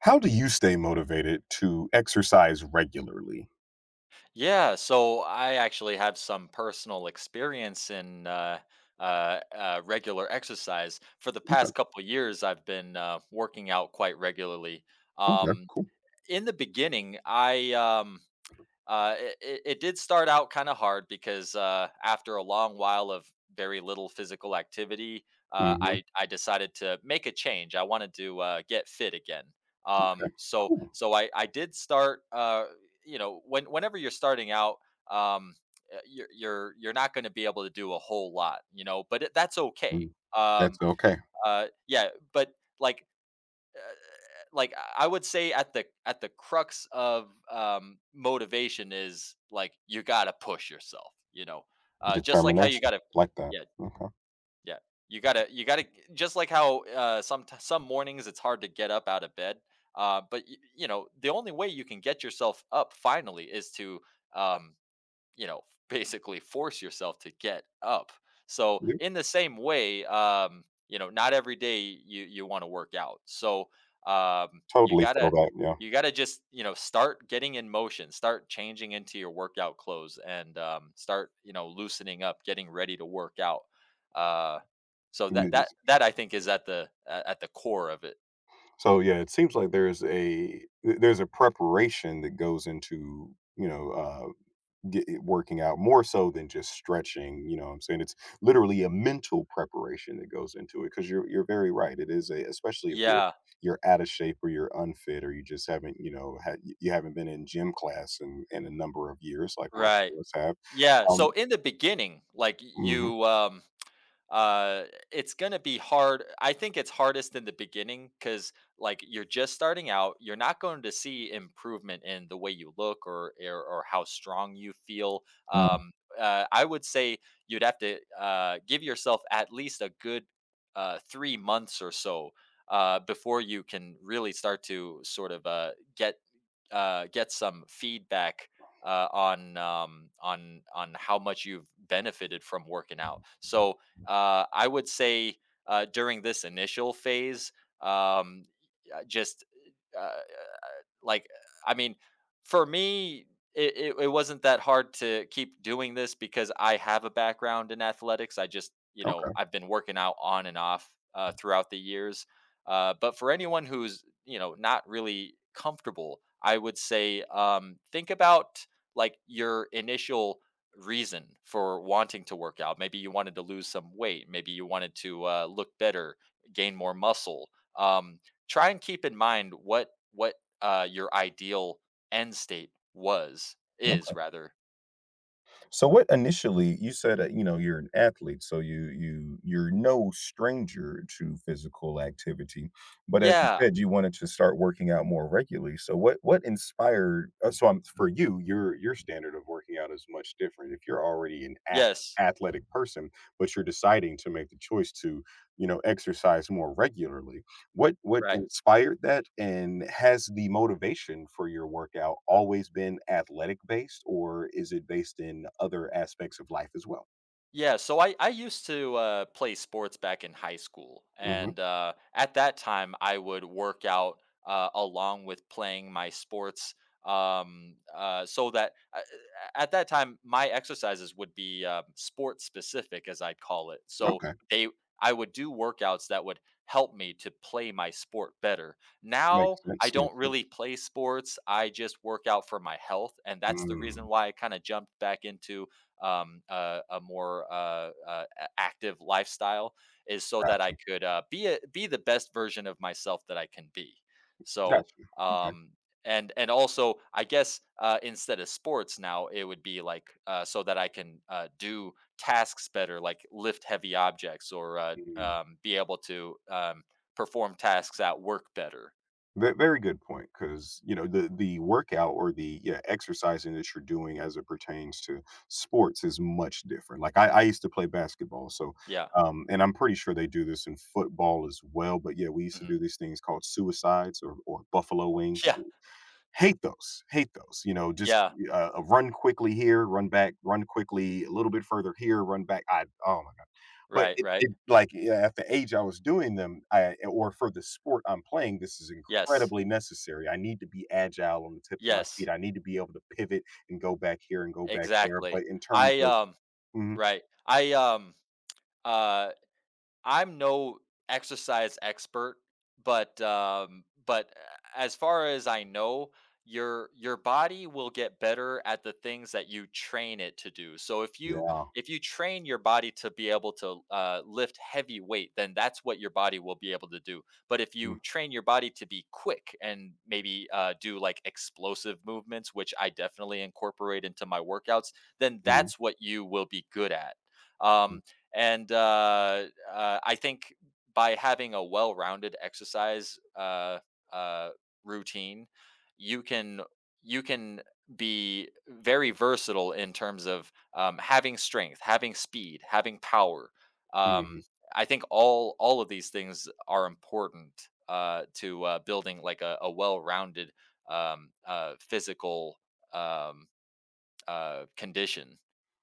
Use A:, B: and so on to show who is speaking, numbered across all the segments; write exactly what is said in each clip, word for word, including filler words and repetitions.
A: How do you stay motivated to exercise regularly?
B: Yeah, so I actually have some personal experience in uh, uh, uh, regular exercise. For the
A: Okay.
B: past couple years, I've been uh, working out quite regularly.
A: Okay.
B: Um,
A: Cool.
B: in the beginning, I um, uh, it, it, it did start out kind of hard because uh, after a long while of very little physical activity, uh,
A: Mhm.
B: I I decided to make a change. I wanted to uh, get fit again.
A: Okay.
B: Um, so
A: Cool.
B: so I I did start. Uh, you know, when whenever you're starting out, um, uh, you're you're you're not going to be able to do a whole lot. You know, but it, that's okay.
A: Mm. That's
B: Um,
A: okay.
B: uh, yeah. but like. Uh, like I would say at the at the crux of um, motivation is like you gotta push yourself. You know, uh, just like how you
A: Determination.
B: gotta,
A: Like that.
B: yeah,
A: Okay.
B: yeah, you gotta you gotta just like how uh, some some mornings it's hard to get up out of bed. Uh, but y- you know, the only way you can get yourself up finally is to um, you know, basically force yourself to get up. So
A: Yeah.
B: in the same way, um, you know, not every day you you want to work out. So um, you
A: Totally feel
B: gotta
A: that. Yeah.
B: you gotta just you know start getting in motion, start changing into your workout clothes, and um, start you know loosening up, getting ready to work out. Uh, so that
A: You-
B: that that I think is at the a- at the core of it.
A: So yeah, it seems like there's a th- there's a preparation that goes into, you know uh, get it working out more so than just stretching, you know what I'm saying. It's literally a mental preparation that goes into it, because you're you're very right. It is a, especially if you're
B: Yeah.
A: you're out of shape, or you're unfit, or you just haven't, you know, had you haven't been in gym class in in a number of years, like most
B: Right.
A: of us have.
B: Yeah. So
A: um
B: in the beginning, like
A: mhm.
B: you, um, uh it's going to be hard. I think it's hardest in the beginning cuz like you're just starting out. You're not going to see improvement in the way you look or or, or how strong you feel.
A: Mm.
B: um uh, I would say you'd have to uh give yourself at least a good uh three months or so uh before you can really start to sort of uh get uh, get some feedback uh, on um, on on how much you've benefited from working out. So uh, I would say uh, during this initial phase, um, uh, just uh, like I mean, for me, it, it, it wasn't that hard to keep doing this because I have a background in athletics. I just, you know,
A: Okay.
B: I've been working out on and off uh, throughout the years. Uh, but for anyone who's, you know, not really comfortable, I would say um, think about like your initial reason for wanting to work out. Maybe you wanted to lose some weight. Maybe you wanted to uh, look better, gain more muscle. Um, Try and keep in mind what what uh, your ideal end state was, is, rather.
A: So what initially, you said that, you know, you're an athlete, so you you you're no stranger to physical activity. But as you
B: Yeah.
A: said, you wanted to start working out more regularly. So what what inspired, uh, so I'm, for you, your your standard of working out is much different. If you're already an ath-
B: Yes.
A: athletic person, but you're deciding to make the choice to, you know, exercise more regularly, what what
B: Right.
A: inspired that, and has the motivation for your workout always been athletic based, or is it based in other aspects of life as well?
B: Yeah, so I I used to uh, play sports back in high school,
A: Mhm,
B: and uh, at that time I would work out uh, along with playing my sports. Um, uh, so that uh, uh, At that time my exercises would be um, sport specific, as I'd call it. So
A: okay.
B: they I would do workouts that would help me to play my sport better. Now
A: Makes sense,
B: I don't
A: makes sense.
B: really play sports; I just work out for my health, and that's the
A: Mm,
B: reason why I kind of jumped back into um, a, a more uh, uh, a- active lifestyle is so that
A: gotcha,
B: I could uh, be a, be the best version of myself that I can be. So
A: gotcha, okay.
B: um, and and also I guess uh, instead of sports now it would be like uh, so that I can uh, do tasks better, like lift heavy objects or uh,
A: Mm.
B: um, be able to um, perform tasks at work better.
A: Ve very good point, because you know, the the workout, or the, yeah, exercising that you're doing, as it pertains to sports is much different. Like, I I used to play basketball, so
B: Yeah.
A: um, and I'm pretty sure they do this in football as well, but yeah, we used to
B: Hmm.
A: do these things called suicides, or or buffalo wings.
B: Yeah.
A: Hate those, hate those. You know, just,
B: Yeah.
A: uh, a run quickly here, run back, run quickly, a little bit further here, run back. I Oh my god. But
B: Right.
A: it
B: Right.
A: it like, yeah, at the age I was doing them, I or for the sport I'm playing, this is
B: Yes.
A: incredibly necessary. I need to be agile on the tip of my feet.
B: Yes.
A: I need to be able to pivot and go back here and go back there. But
B: Exactly.
A: in terms
B: I
A: of
B: um
A: mhm,
B: Right. I, um, uh, I'm no exercise expert, but um, but uh, as far as I know, your your body will get better at the things that you train it to do. So if you
A: yeah.
B: if you train your body to be able to uh, lift heavy weight, then that's what your body will be able to do. But if
A: Mm,
B: you train your body to be quick and maybe uh, do like explosive movements, which I definitely incorporate into my workouts, then
A: mhm,
B: that's what you will be good at.
A: mm,
B: Um, and uh, uh, I think by having a well-rounded exercise uh, uh, routine, you can you can be very versatile in terms of um, having strength, having speed, having power.
A: mhm.
B: Um, I think all all of these things are important uh, to uh, building like a, a well-rounded um, uh, physical um, uh, condition.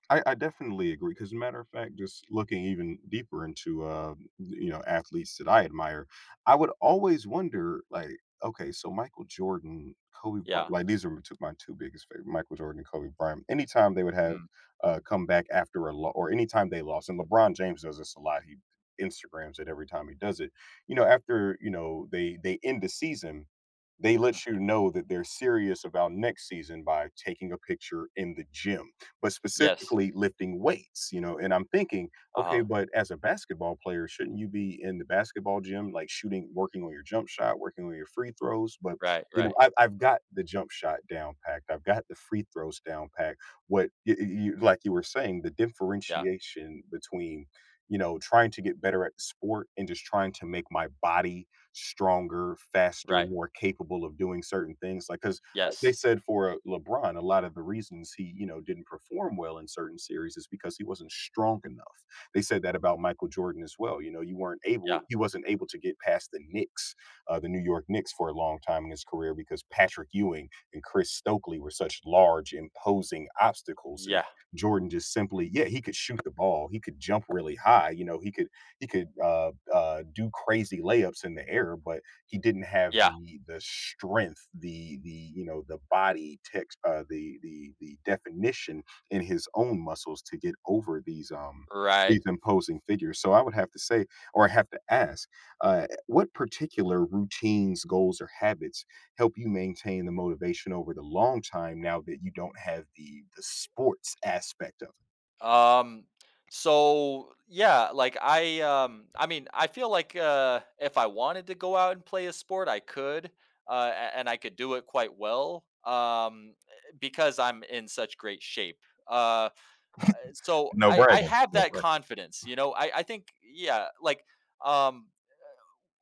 A: I, I definitely agree, because, matter of fact, just looking even deeper into, uh, you know, athletes that I admire, I would always wonder like, okay, so Michael Jordan, Kobe Bryant,
B: Yeah.
A: like these are my two, my two biggest favorite, Michael Jordan and Kobe Bryant. Anytime they would have
B: Mm.
A: uh, come back after a loss, or anytime they lost, and LeBron James does this a lot. He Instagrams it every time he does it. You know, after, you know, they they end the season, they let
B: Mhm.
A: you know that they're serious about next season by taking a picture in the gym, but
B: Yes.
A: specifically lifting weights, you know, and I'm thinking, okay,
B: Uh huh.
A: but as a basketball player, shouldn't you be in the basketball gym, like shooting, working on your jump shot, working on your free throws? But,
B: Right,
A: you know,
B: right.
A: I, I've got the jump shot down packed. I've got the free throws down packed. What y y- you, like you were saying, the
B: Yeah,
A: differentiation between, you know, trying to get better at the sport and just trying to make my body stronger, faster,
B: right.
A: more capable of doing certain things. Like, because they
B: Yes.
A: said for, uh, LeBron, a lot of the reasons he, you know, didn't perform well in certain series is because he wasn't strong enough. They said that about Michael Jordan as well. You know, you weren't able,
B: Yeah.
A: he wasn't able to get past the Knicks, uh, the New York Knicks for a long time in his career, because Patrick Ewing and Chris Stokely were such large, imposing obstacles. And
B: Yeah.
A: Jordan just simply, yeah, he could shoot the ball. He could jump really high. You know, he could he could, uh, uh, do crazy layups in the air, but he didn't have
B: Yeah.
A: the the strength, the the, you know, the body text, uh, the the the definition in his own muscles to get over these, um,
B: Right.
A: these imposing figures. So I would have to say, or I have to ask, uh, what particular routines, goals, or habits help you maintain the motivation over the long time now that you don't have the the sports aspect of it?
B: Um so yeah, like I um I mean, I feel like uh if I wanted to go out and play a sport, I could. Uh a- and I could do it quite well. Um because I'm in such great shape. Uh so
A: No
B: I I
A: bragging,
B: have
A: no
B: that
A: bragging.
B: confidence, you know. I I think yeah, like um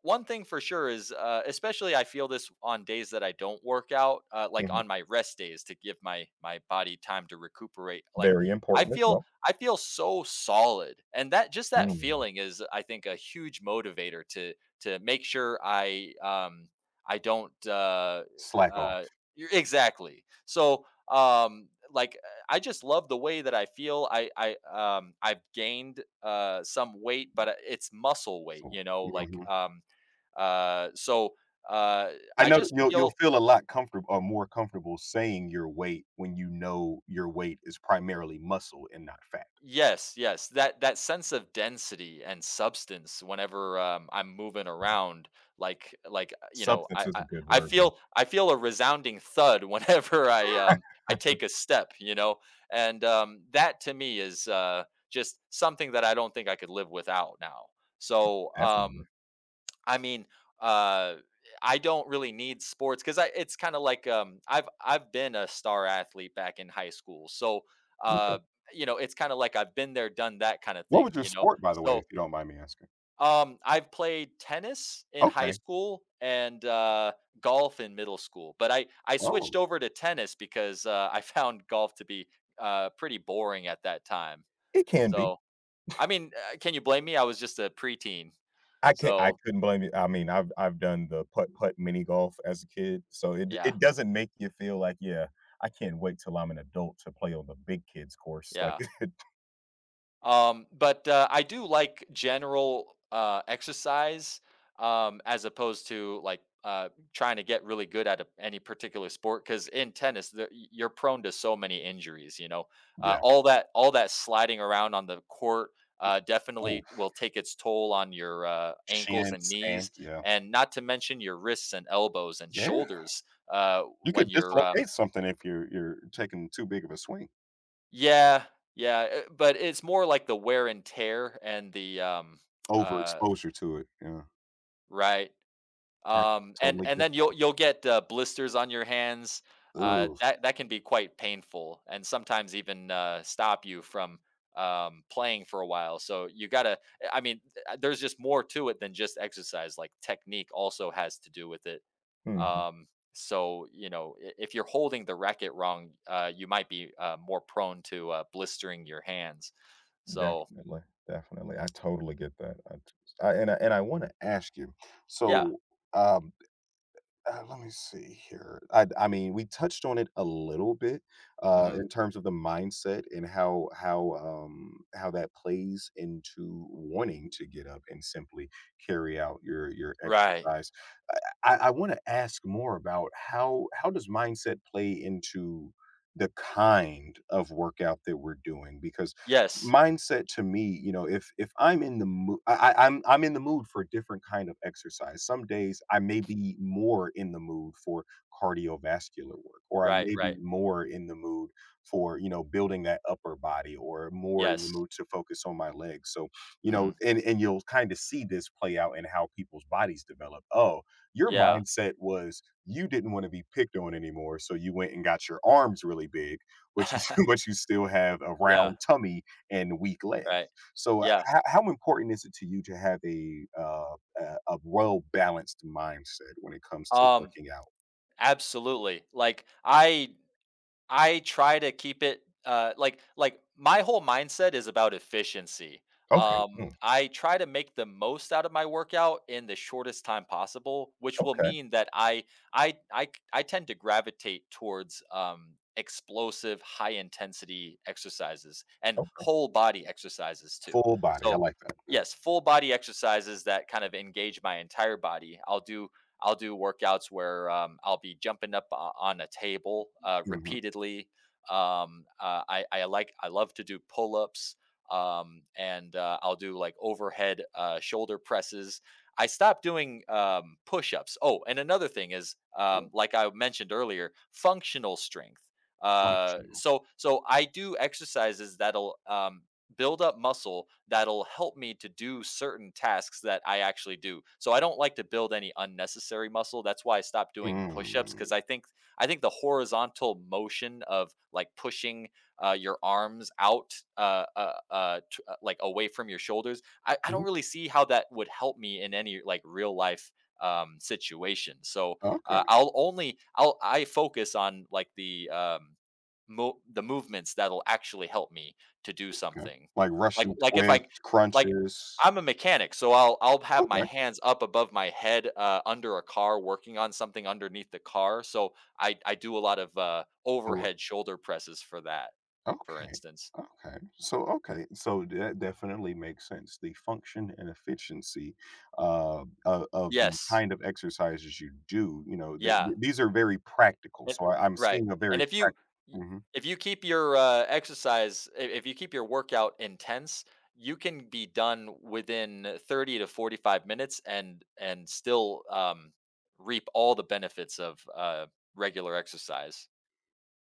B: one thing for sure is uh, especially I feel this on days that I don't work out uh, like
A: Mhm.
B: on my rest days to give my my body time to recuperate. Like,
A: Very
B: i
A: important as
B: feel
A: well.
B: I feel so solid, and that just that
A: Mm,
B: feeling is, I think, a huge motivator to to make sure i um I don't uh
A: slack off.
B: uh you're- exactly. So um like uh, I just love the way that I feel. i i um I've gained uh some weight, but uh, it's muscle weight,
A: So
B: you know, like
A: mhm.
B: um uh, so uh,
A: I
B: I
A: know
B: just
A: you'll you'll
B: feel,
A: feel a lot comfortable, or more comfortable saying your weight, when you know your weight is primarily muscle and not fat.
B: yes, yes, that that sense of density and substance whenever um, I'm moving around, like like uh, you know,
A: Substance
B: I,
A: is a
B: I
A: good
B: I
A: word, yeah.
B: feel I feel a resounding thud whenever I um, I take a step, you know, and um, that to me is uh, just something that I don't think I could live without now. So
A: Definitely.
B: um, I mean, uh, I don't really need sports because I it's kind of like um, I've I've been a star athlete back in high school, so
A: Okay.
B: uh, you know it's kind of like I've been there, done that kind of
A: What was
B: thing,
A: your
B: you know.
A: sport, by the way, if
B: So
A: you don't mind me asking?
B: um, I've played tennis in high
A: Okay.
B: school and uh, golf in middle school, but I I
A: Oh.
B: switched over to tennis because uh, I found golf to be uh, pretty boring at that time.
A: It can be.
B: So I mean, uh, can you blame me? I was just a preteen,
A: I can't, I
B: so
A: couldn't blame you. I mean, I've I've done the putt-putt mini golf as a kid, so it
B: yeah,
A: it doesn't make you feel like, "Yeah, I can't wait till I'm an adult to play on the big kids course," like
B: yeah. Um, but, uh, I do like general, uh, exercise, um, as opposed to like, uh, trying to get really good at a, any particular sport. Cause in tennis, the, y- you're prone to so many injuries, you know, uh,
A: Yeah.
B: all that, all that sliding around on the court, uh,
A: Ooh.
B: definitely will take its toll on your, uh, ankles and
A: Shins, and
B: knees,
A: yeah.
B: and not to mention your wrists and elbows and
A: Yeah.
B: shoulders, uh,
A: You
B: when
A: could
B: you're, um,
A: dislocate something if you're you're taking too big of a swing.
B: yeah, yeah, uh, but it's more like the wear and tear, and the, um, uh
A: Overexposure to it, yeah.
B: right,
A: I
B: um, and
A: totally
B: and
A: get
B: then you'll you'll get, uh, blisters on your hands,
A: that.
B: uh,
A: Ooh.
B: that that can be quite painful and sometimes even, uh, stop you from, um, playing for a while, so you gotta eh, I mean, uh, there's just more to it than just exercise, like, technique also has to do with it,
A: Mhm.
B: um, so, you know, I if you're holding the racket wrong, uh, you might be, uh, more prone to, uh, blistering your hands. So,
A: Definitely, definitely. I totally get that. I t I and I and I wanna ask you,
B: yeah.
A: so, um Uh, let me see here. I I mean, we touched on it a little bit, uh,
B: Mhm.
A: in terms of the mindset and how how um, how that plays into wanting to get up and simply carry out your your
B: Right.
A: exercise. I, I want to ask more about how how does mindset play into the kind of workout that we're doing, because
B: Yes.
A: mindset to me, you know, if if I'm in the mood, I, I, I'm I'm in the mood for a different kind of exercise. Some days I may be more in the mood for cardiovascular work, or I
B: Right,
A: may be
B: right.
A: more in the mood for, you know, building that upper body, or more in the
B: Yes.
A: mood to focus on my legs. So you know,
B: Mhm.
A: and and you'll kind of see this play out in how people's bodies develop. Oh, your
B: Yeah.
A: mindset was you didn't want to be picked on anymore, so you went and got your arms really big, but you but you still have a
B: Yeah.
A: round tummy and weak legs.
B: Right.
A: So, h
B: Yeah.
A: how how important is it to you to have a, uh, a a well-balanced mindset when it comes to
B: Um,
A: working out?
B: Absolutely. Like, I I try to keep it, uh, like like, my whole mindset is about efficiency.
A: Okay,
B: Um,
A: mm,
B: I try to make the most out of my workout in the shortest time possible, which will
A: okay,
B: mean that I I I I tend to gravitate towards, um, explosive, high-intensity exercises and
A: okay.
B: whole body exercises too.
A: Full body, I
B: So,
A: like that, good,
B: yes, full body exercises that kind of engage my entire body. I'll do I'll do workouts where um, I'll be jumping up o- on a table uh,
A: mhm,
B: repeatedly. Um, uh, I, I like I love to do pull ups, um, and uh, I'll do like overhead uh, shoulder presses. I stopped doing um, push ups. Oh, and another thing is, um,
A: oh,
B: like I mentioned earlier, functional strength. Uh,
A: functional,
B: so so I do exercises that'll um, build up muscle that'll help me to do certain tasks that I actually do. So I don't like to build any unnecessary muscle. That's why I stopped doing push-ups
A: mm,
B: because I think I think the horizontal motion of like pushing uh, your arms out uh, uh, uh, t- uh, like away from your shoulders. I, I don't
A: mm,
B: really see how that would help me in any like real life um, situation. So
A: okay,
B: uh, I'll only I'll I focus on like the um, mo- the movements that'll actually help me to do
A: okay.
B: something.
A: Like
B: Like
A: Russian
B: like if I
A: twists,
B: like
A: crunches,
B: I'm a mechanic, so I'll I'll have my
A: okay,
B: hands up above my head uh, under a car working on something underneath the car. So I I do a lot of uh, overhead shoulder presses for that, for
A: okay.
B: instance.
A: Okay. So okay. So that definitely makes sense. The function and efficiency, uh, of, of the
B: Yes.
A: kind of exercises you do, you know, th-
B: Yeah.
A: th- these are very practical.
B: And
A: So I, I'm
B: right,
A: seeing a
B: and
A: very
B: if you y
A: practical.
B: if you keep your, uh, exercise I if you keep your workout intense, you can be done within thirty to forty-five minutes, and and still, um, reap all the benefits of, uh, regular exercise.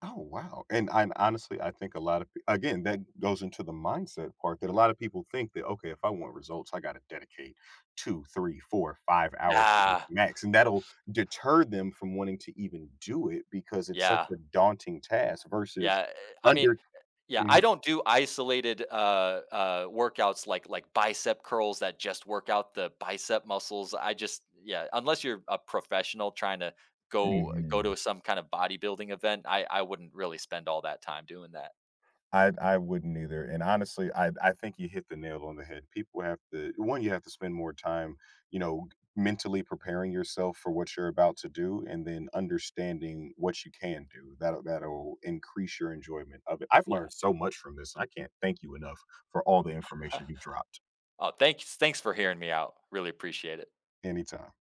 A: Oh, wow, and I honestly, I think a lot of p again, that goes into the mindset part, that a lot of people think that, "Okay, if I want results, I gotta dedicate two, three, four, five hours to this
B: Yeah,
A: max," and that'll deter them from wanting to even do it, because it's such
B: yeah.
A: a daunting task versus
B: Yeah, I mean,
A: under
B: yeah, I
A: Mhm.
B: don't do isolated, uh uh, workouts like like bicep curls that just work out the bicep muscles. I just yeah, unless you're a professional trying to go go
A: Mhm.
B: to some kind of bodybuilding event, I I wouldn't really spend all that time doing that.
A: I I wouldn't either, and honestly, I I think you hit the nail on the head. People have to, one, you have to spend more time, you know, mentally preparing yourself for what you're about to do, and then understanding what you can do. That that'll increase your enjoyment of it. I've
B: Uh,
A: learned so much from this. I can't thank you enough for all the information you dropped.
B: oh, thanks thanks for hearing me out. Really appreciate it.
A: Anytime.